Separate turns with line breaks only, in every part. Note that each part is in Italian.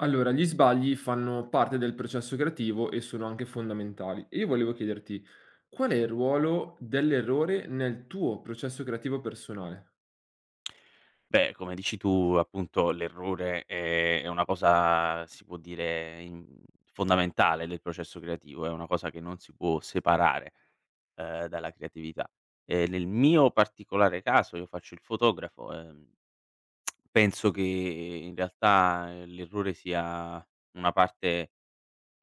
Allora, gli sbagli fanno parte del processo creativo e sono anche fondamentali. E io volevo chiederti, qual è il ruolo dell'errore nel tuo processo creativo personale?
Beh, come dici tu, appunto, l'errore è una cosa, si può dire, in fondamentale del processo creativo, è una cosa che non si può separare, dalla creatività. Nel mio particolare caso, io faccio il fotografo, penso che in realtà, l'errore sia una parte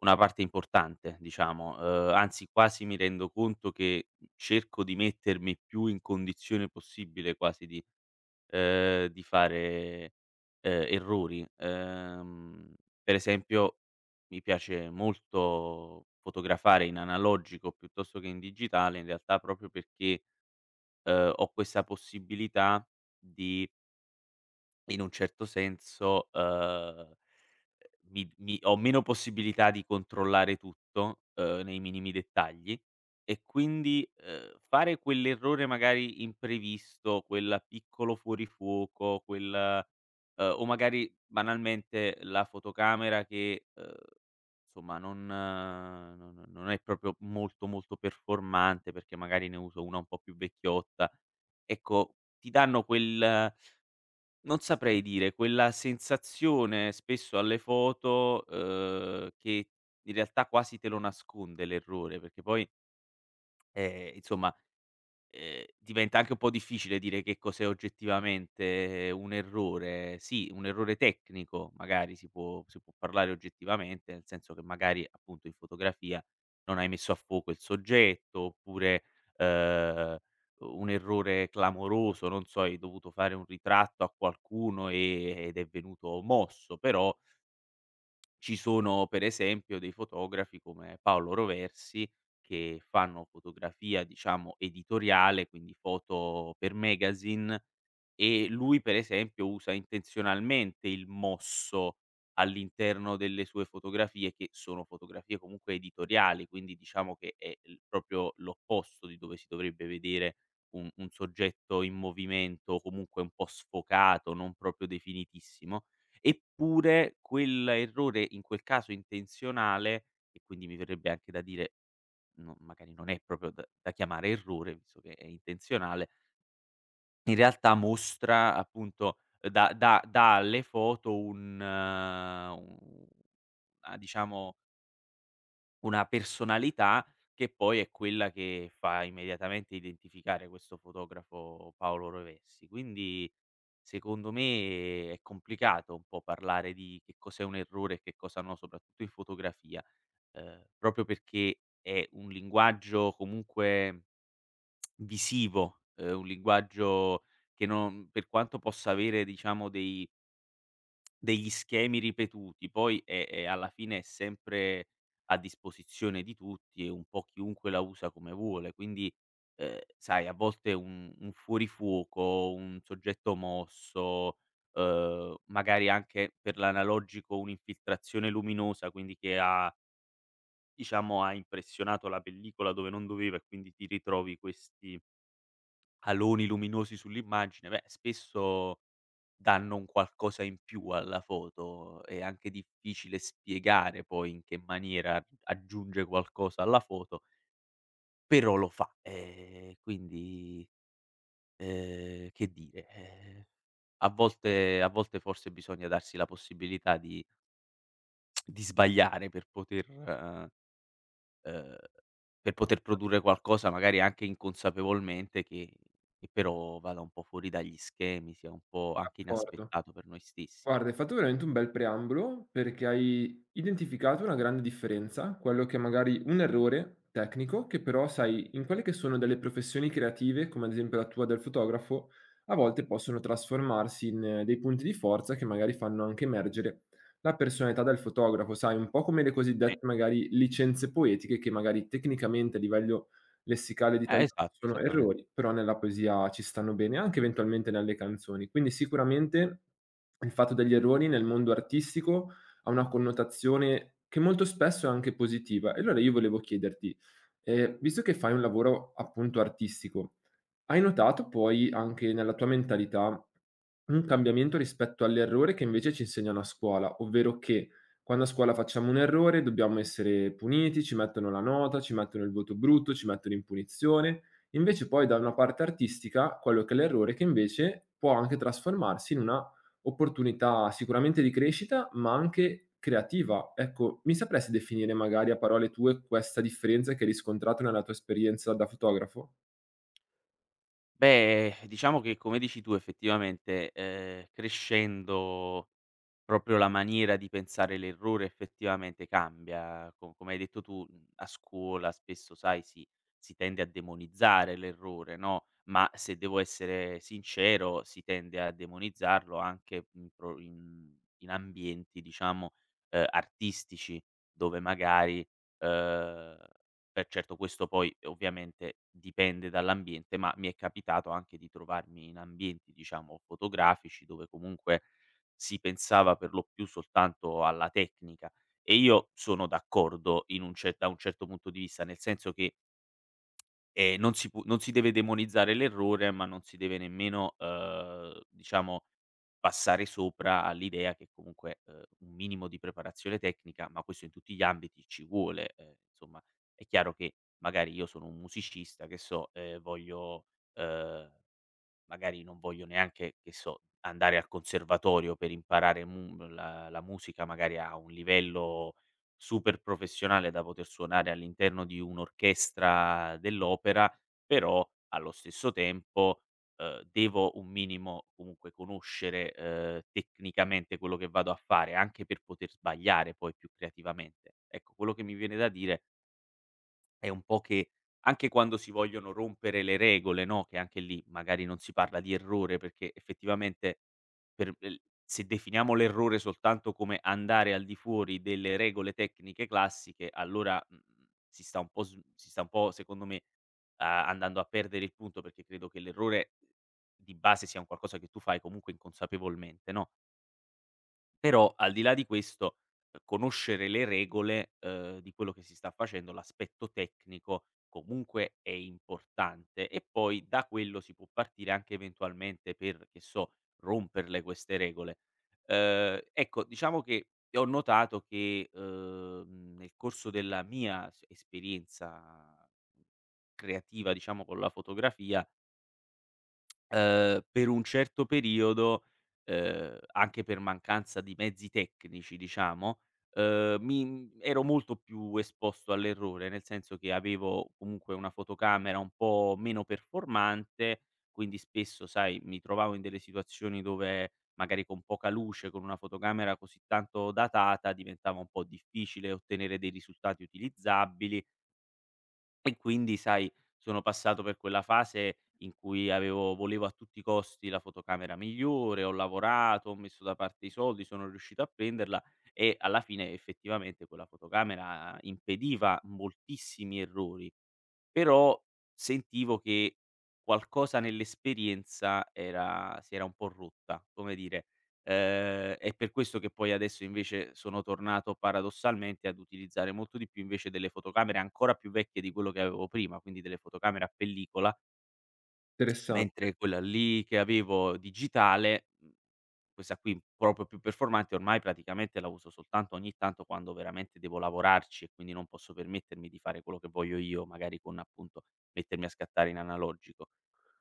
una parte importante, diciamo, anzi quasi mi rendo conto che cerco di mettermi più in condizione possibile quasi di fare, errori. Per esempio mi piace molto fotografare in analogico piuttosto che in digitale in realtà proprio perché, ho questa possibilità di in un certo senso, mi ho meno possibilità di controllare tutto, nei minimi dettagli e quindi, fare quell'errore magari imprevisto, quel piccolo fuorifuoco, quel o magari banalmente la fotocamera che, insomma non no no non è proprio molto, molto performante perché magari ne uso una un po' più vecchiotta. Ecco, ti danno quel non saprei dire, quella sensazione spesso alle foto, che in realtà quasi te lo nasconde l'errore, perché poi, insomma. Diventa anche un po' difficile dire che cos'è oggettivamente un errore. Sì, un errore tecnico magari si può parlare oggettivamente, nel senso che magari, appunto, in fotografia non hai messo a fuoco il soggetto, oppure, ehm, un errore clamoroso, non so, hai dovuto fare un ritratto a qualcuno ed è venuto mosso, però ci sono per esempio dei fotografi come Paolo Roversi che fanno fotografia diciamo editoriale, quindi foto per magazine, e lui per esempio usa intenzionalmente il mosso all'interno delle sue fotografie, che sono fotografie comunque editoriali, quindi diciamo che è il proprio l'opposto di dove si dovrebbe vedere un soggetto in movimento, comunque un po' sfocato, non proprio definitissimo. Eppure quell'errore, in quel caso intenzionale, e quindi mi verrebbe anche da dire, no, magari non è proprio da chiamare errore, visto che è intenzionale, in realtà mostra appunto da da dà alle foto un u a diciamo una personalità che poi è quella che fa immediatamente identificare questo fotografo Paolo Rovessi. Quindi secondo me è complicato un po' parlare di che cos'è un errore e che cosa no, soprattutto in fotografia, proprio perché è un linguaggio comunque visivo, un linguaggio che non, per quanto possa avere diciamo dei degli schemi ripetuti, poi è alla fine è sempre a disposizione di tutti e un po' chiunque la usa come vuole, quindi, sai a volte un fuorifuoco, un soggetto mosso, magari anche per l'analogico un'infiltrazione luminosa, quindi che ha diciamo ha impressionato la pellicola dove non doveva e quindi ti ritrovi questi aloni luminosi sull'immagine, beh spesso danno un qualcosa in più alla foto. È anche difficile spiegare poi in che maniera aggiunge qualcosa alla foto, però lo fa. Quindi, che dire, a volte forse bisogna darsi la possibilità di sbagliare per poter, per poter produrre qualcosa magari anche inconsapevolmente che però vada un po' fuori dagli schemi, sia un po' anche
D'accordo.
inaspettato per noi stessi. Sì.
Guarda, hai fatto veramente un bel preambolo perché hai identificato una grande differenza, quello che è magari un errore tecnico, che però sai, in quelle che sono delle professioni creative, come ad esempio la tua del fotografo, a volte possono trasformarsi in dei punti di forza che magari fanno anche emergere la personalità del fotografo, sai, un po' come le cosiddette magari licenze poetiche che magari tecnicamente a livello lessicale di italiano
Esatto,
ci sono
esattamen
errori, però nella poesia ci stanno bene, anche eventualmente nelle canzoni. Quindi sicuramente il fatto degli errori nel mondo artistico ha una connotazione che molto spesso è anche positiva. E allora io volevo chiederti, visto che fai un lavoro appunto artistico, hai notato poi anche nella tua mentalità un cambiamento rispetto all'errore che invece ci insegnano a scuola, ovvero che quando a scuola facciamo un errore dobbiamo essere puniti, ci mettono la nota, ci mettono il voto brutto, ci mettono in punizione. Invece poi da una parte artistica, quello che è l'errore, che invece può anche trasformarsi in una opportunità sicuramente di crescita, ma anche creativa. Ecco, mi sapresti definire magari a parole tue questa differenza che hai riscontrato nella tua esperienza da fotografo?
beh, diciamo che come dici tu effettivamente, crescendo, proprio la maniera di pensare l'errore effettivamente cambia. Co come hai detto tu, a scuola spesso sai si tende a demonizzare l'errore, no, ma se devo essere sincero, si tende a demonizzarlo anche in pro in in ambienti diciamo, artistici, dove magari, ehm beh certo questo poi, ovviamente dipende dall'ambiente, ma mi è capitato anche di trovarmi in ambienti diciamo fotografici dove comunque si pensava per lo più soltanto alla tecnica. E io sono d'accordo in un cer da un certo punto di vista, nel senso che, non si deve demonizzare l'errore, ma non si deve nemmeno, diciamo, passare sopra all'idea che comunque, un minimo di preparazione tecnica, ma questo in tutti gli ambiti, ci vuole. Insomma, è chiaro che magari io sono un musicista, che so, e voglio, uhm magari non voglio neanche, che so, andare al conservatorio per imparare mu la la musica magari a un livello super professionale da poter suonare all'interno di un'orchestra dell'opera, però allo stesso tempo, devo un minimo comunque conoscere, tecnicamente quello che vado a fare, anche per poter sbagliare poi più creativamente. Ecco, quello che mi viene da dire è un po' che anche quando si vogliono rompere le regole, no, che anche lì magari non si parla di errore, perché effettivamente, per el se definiamo l'errore soltanto come andare al di fuori delle regole tecniche classiche, allora, mhmm, si sta un po' sv si sta un po' secondo me, a andando a perdere il punto, perché credo che l'errore di base sia un qualcosa che tu fai comunque inconsapevolmente, no? Però al di là di questo, conoscere le regole, di quello che si sta facendo, l'aspetto tecnico comunque è importante e poi da quello si può partire anche eventualmente per, che so, romperle queste regole. Ecco, diciamo che ho notato che, nel corso della mia s esperienza creativa, diciamo, con la fotografia, per un certo periodo, anche per mancanza di mezzi tecnici diciamo, mi ero molto più esposto all'errore, nel senso che avevo comunque una fotocamera un po' meno performante, quindi spesso sai, mi trovavo in delle situazioni dove magari con poca luce, con una fotocamera così tanto datata diventava un po' difficile ottenere dei risultati utilizzabili, e quindi sai, sono passato per quella fase in cui avevo volevo a tutti i costi la fotocamera migliore, ho lavorato, ho messo da parte i soldi, sono riuscito a prenderla e alla fine effettivamente quella fotocamera impediva moltissimi errori. Però sentivo che qualcosa nell'esperienza era si era un po' rotta, come dire, è per questo che poi adesso invece sono tornato paradossalmente ad utilizzare molto di più invece delle fotocamere ancora più vecchie di quello che avevo prima, quindi delle fotocamere a pellicola,
Interessan
mentre quella lì che avevo digitale, mhmm questa qui proprio più performante ormai praticamente la uso soltanto ogni tanto quando veramente devo lavorarci e quindi non posso permettermi di fare quello che voglio io, magari con appunto mettermi a scattare in analogico.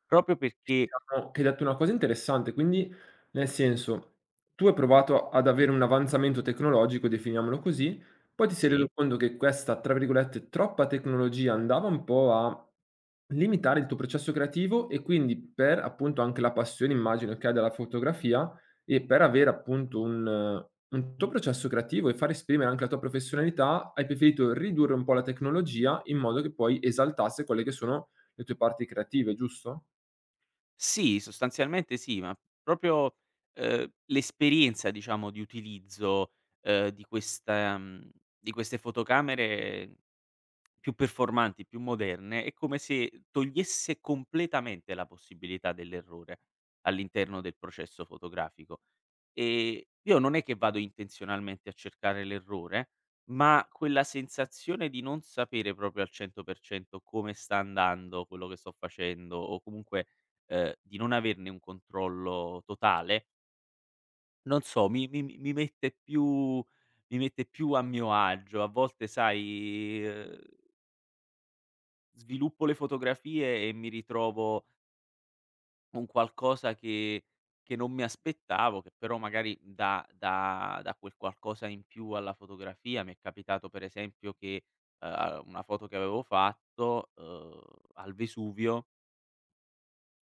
Proprio perché
Diciamo che hai detto una cosa interessante, quindi nel senso, tu hai provato ad avere un avanzamento tecnologico, definiamolo così, poi ti sei reso
sì,
conto che questa, tra virgolette, "troppa tecnologia" andava un po' a limitare il tuo processo creativo e quindi per, appunto, anche la passione immagino che hai della fotografia e per avere appunto un tuo processo creativo e far esprimere anche la tua professionalità, hai preferito ridurre un po' la tecnologia in modo che poi esaltasse quelle che sono le tue parti creative, giusto?
sì, sostanzialmente sì, ma proprio, l'esperienza diciamo di utilizzo, di questa, di queste fotocamere più performanti, più moderne, è come se togliesse completamente la possibilità dell'errore all'interno del processo fotografico. Ehm, io non è che vado intenzionalmente a cercare l'errore, ma quella sensazione di non sapere proprio al 100% come sta andando quello che sto facendo o comunque, di non averne un controllo totale, non so, mi mette più a mio agio. A volte sai, sviluppo le fotografie e mi ritrovo con qualcosa che non mi aspettavo, che però magari dà quel qualcosa in più alla fotografia. Mi è capitato per esempio che, una foto che avevo fatto, al Vesuvio.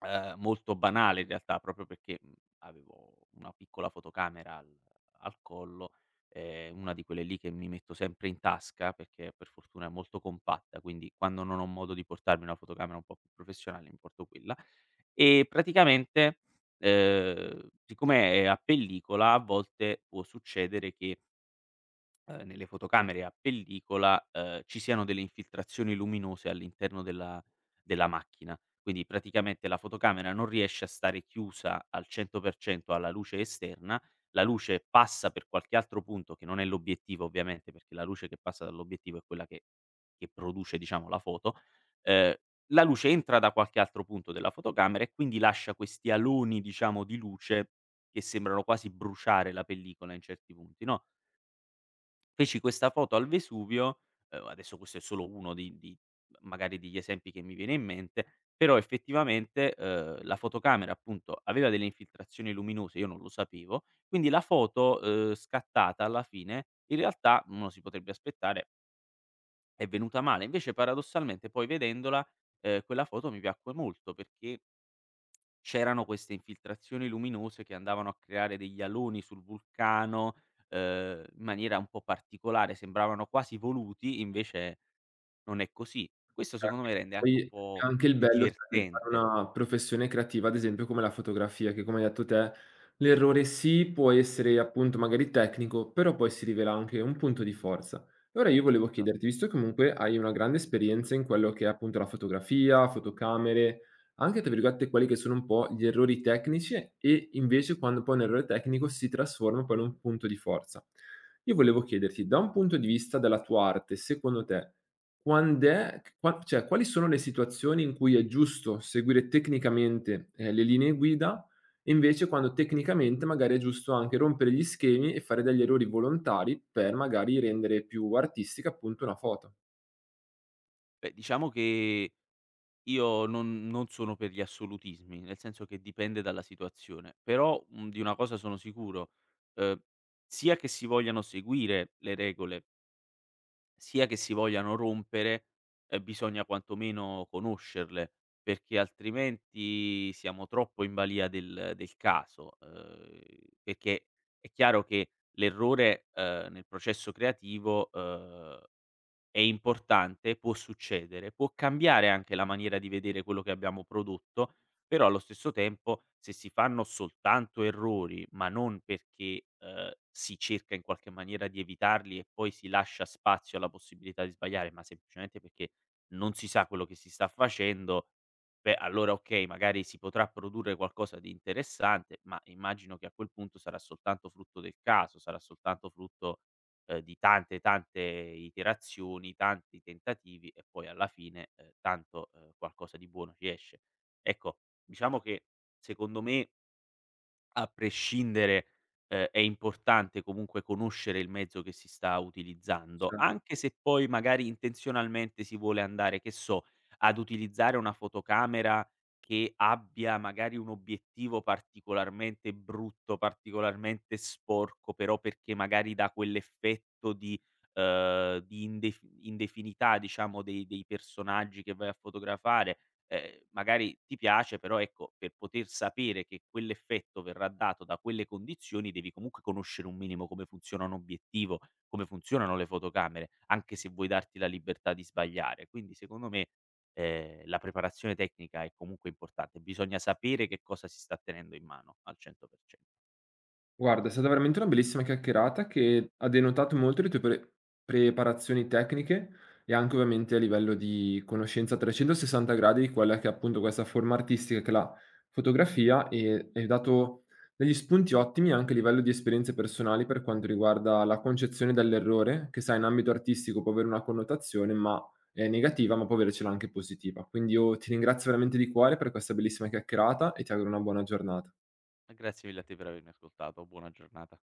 Molto banale in realtà, proprio perché, avevo una piccola fotocamera al collo, una di quelle lì che mi metto sempre in tasca, perché per fortuna è molto compatta, quindi quando non ho modo di portarmi una fotocamera un po' più professionale mi porto quella. E praticamente, siccome è a pellicola a volte può succedere che, nelle fotocamere a pellicola, ci siano delle infiltrazioni luminose all'interno della macchina. Quindi praticamente la fotocamera non riesce a stare chiusa al 100% alla luce esterna, la luce passa per qualche altro punto che non è l'obiettivo ovviamente, perché la luce che passa dall'obiettivo è quella che produce diciamo la foto, ehm, la luce entra da qualche altro punto della fotocamera e quindi lascia questi aloni diciamo di luce che sembrano quasi bruciare la pellicola in certi punti, no. Feci questa foto al Vesuvio, adesso questo è solo uno di magari degli esempi che mi viene in mente, però effettivamente, la fotocamera appunto aveva delle infiltrazioni luminose, io non lo sapevo, quindi la foto, scattata alla fine in realtà, uno si potrebbe aspettare, è venuta male. Invece paradossalmente poi vedendola, quella foto mi piacque molto perché c'erano queste infiltrazioni luminose che andavano a creare degli aloni sul vulcano, in maniera un po' particolare, sembravano quasi voluti, invece non è così. Questo
Eh,
secondo me rende anche un
Poi
po'
anche il
più
bello sarebbe fare
divertente.
una professione creativa, ad esempio come la fotografia, che come hai detto te, l'errore sì, può essere appunto magari tecnico, però poi si rivela anche un punto di forza. Allora io volevo chiederti, visto che comunque hai una grande esperienza in quello che è appunto la fotografia, fotocamere, anche tra virgolette quelli che sono un po' gli errori tecnici e invece quando poi un errore tecnico si trasforma poi in un punto di forza. Io volevo chiederti, da un punto di vista della tua arte, secondo te, Quand'è qua cioè quali sono le situazioni in cui è giusto seguire tecnicamente, le linee guida e invece quando tecnicamente magari è giusto anche rompere gli schemi e fare degli errori volontari per magari rendere più artistica, appunto, una foto?
Beh, diciamo che io non sono per gli assolutismi, nel senso che dipende dalla situazione, però, di una cosa sono sicuro, ehm, sia che si vogliano seguire le regole, sia che si vogliano rompere, bisogna quantomeno conoscerle, perché altrimenti siamo troppo in balia del caso, perché è chiaro che l'errore, nel processo creativo, è importante, può succedere, può cambiare anche la maniera di vedere quello che abbiamo prodotto, però allo stesso tempo se si fanno soltanto errori, ma non perché, si cerca in qualche maniera di evitarli e poi si lascia spazio alla possibilità di sbagliare, ma semplicemente perché non si sa quello che si sta facendo, beh allora okay, magari si potrà produrre qualcosa di interessante, ma immagino che a quel punto sarà soltanto frutto del caso, sarà soltanto frutto, di tante, tante iterazioni, tanti tentativi e poi alla fine, tanto, qualcosa di buono ci esce. Ecco, diciamo che secondo me a prescindere, è importante comunque conoscere il mezzo che si sta utilizzando,
Cioè
anche se poi magari intenzionalmente si vuole andare, che so, ad utilizzare una fotocamera che abbia magari un obiettivo particolarmente brutto, particolarmente sporco, però perché magari dà quell'effetto di, di indefinità diciamo dei personaggi che vai a fotografare, magari ti piace, però ecco, per poter sapere che quell'effetto verrà dato da quelle condizioni, devi comunque conoscere un minimo come funziona un obiettivo, come funzionano le fotocamere, anche se vuoi darti la libertà di sbagliare. Quindi secondo me, la preparazione tecnica è comunque importante, bisogna sapere che cosa si sta tenendo in mano al 100%.
Guarda, è stata veramente una bellissima chiacchierata che ha denotato molto le tue preparazioni tecniche e anche ovviamente a livello di conoscenza a 360 gradi di quella che è appunto questa forma artistica che è la fotografia e hai dato degli spunti ottimi anche a livello di esperienze personali per quanto riguarda la concezione dell'errore, che sai in ambito artistico può avere una connotazione ma è negativa, ma può avercela anche positiva. Quindi io ti ringrazio veramente di cuore per questa bellissima chiacchierata e ti auguro una buona giornata.
Grazie mille a te per avermi ascoltato, buona giornata.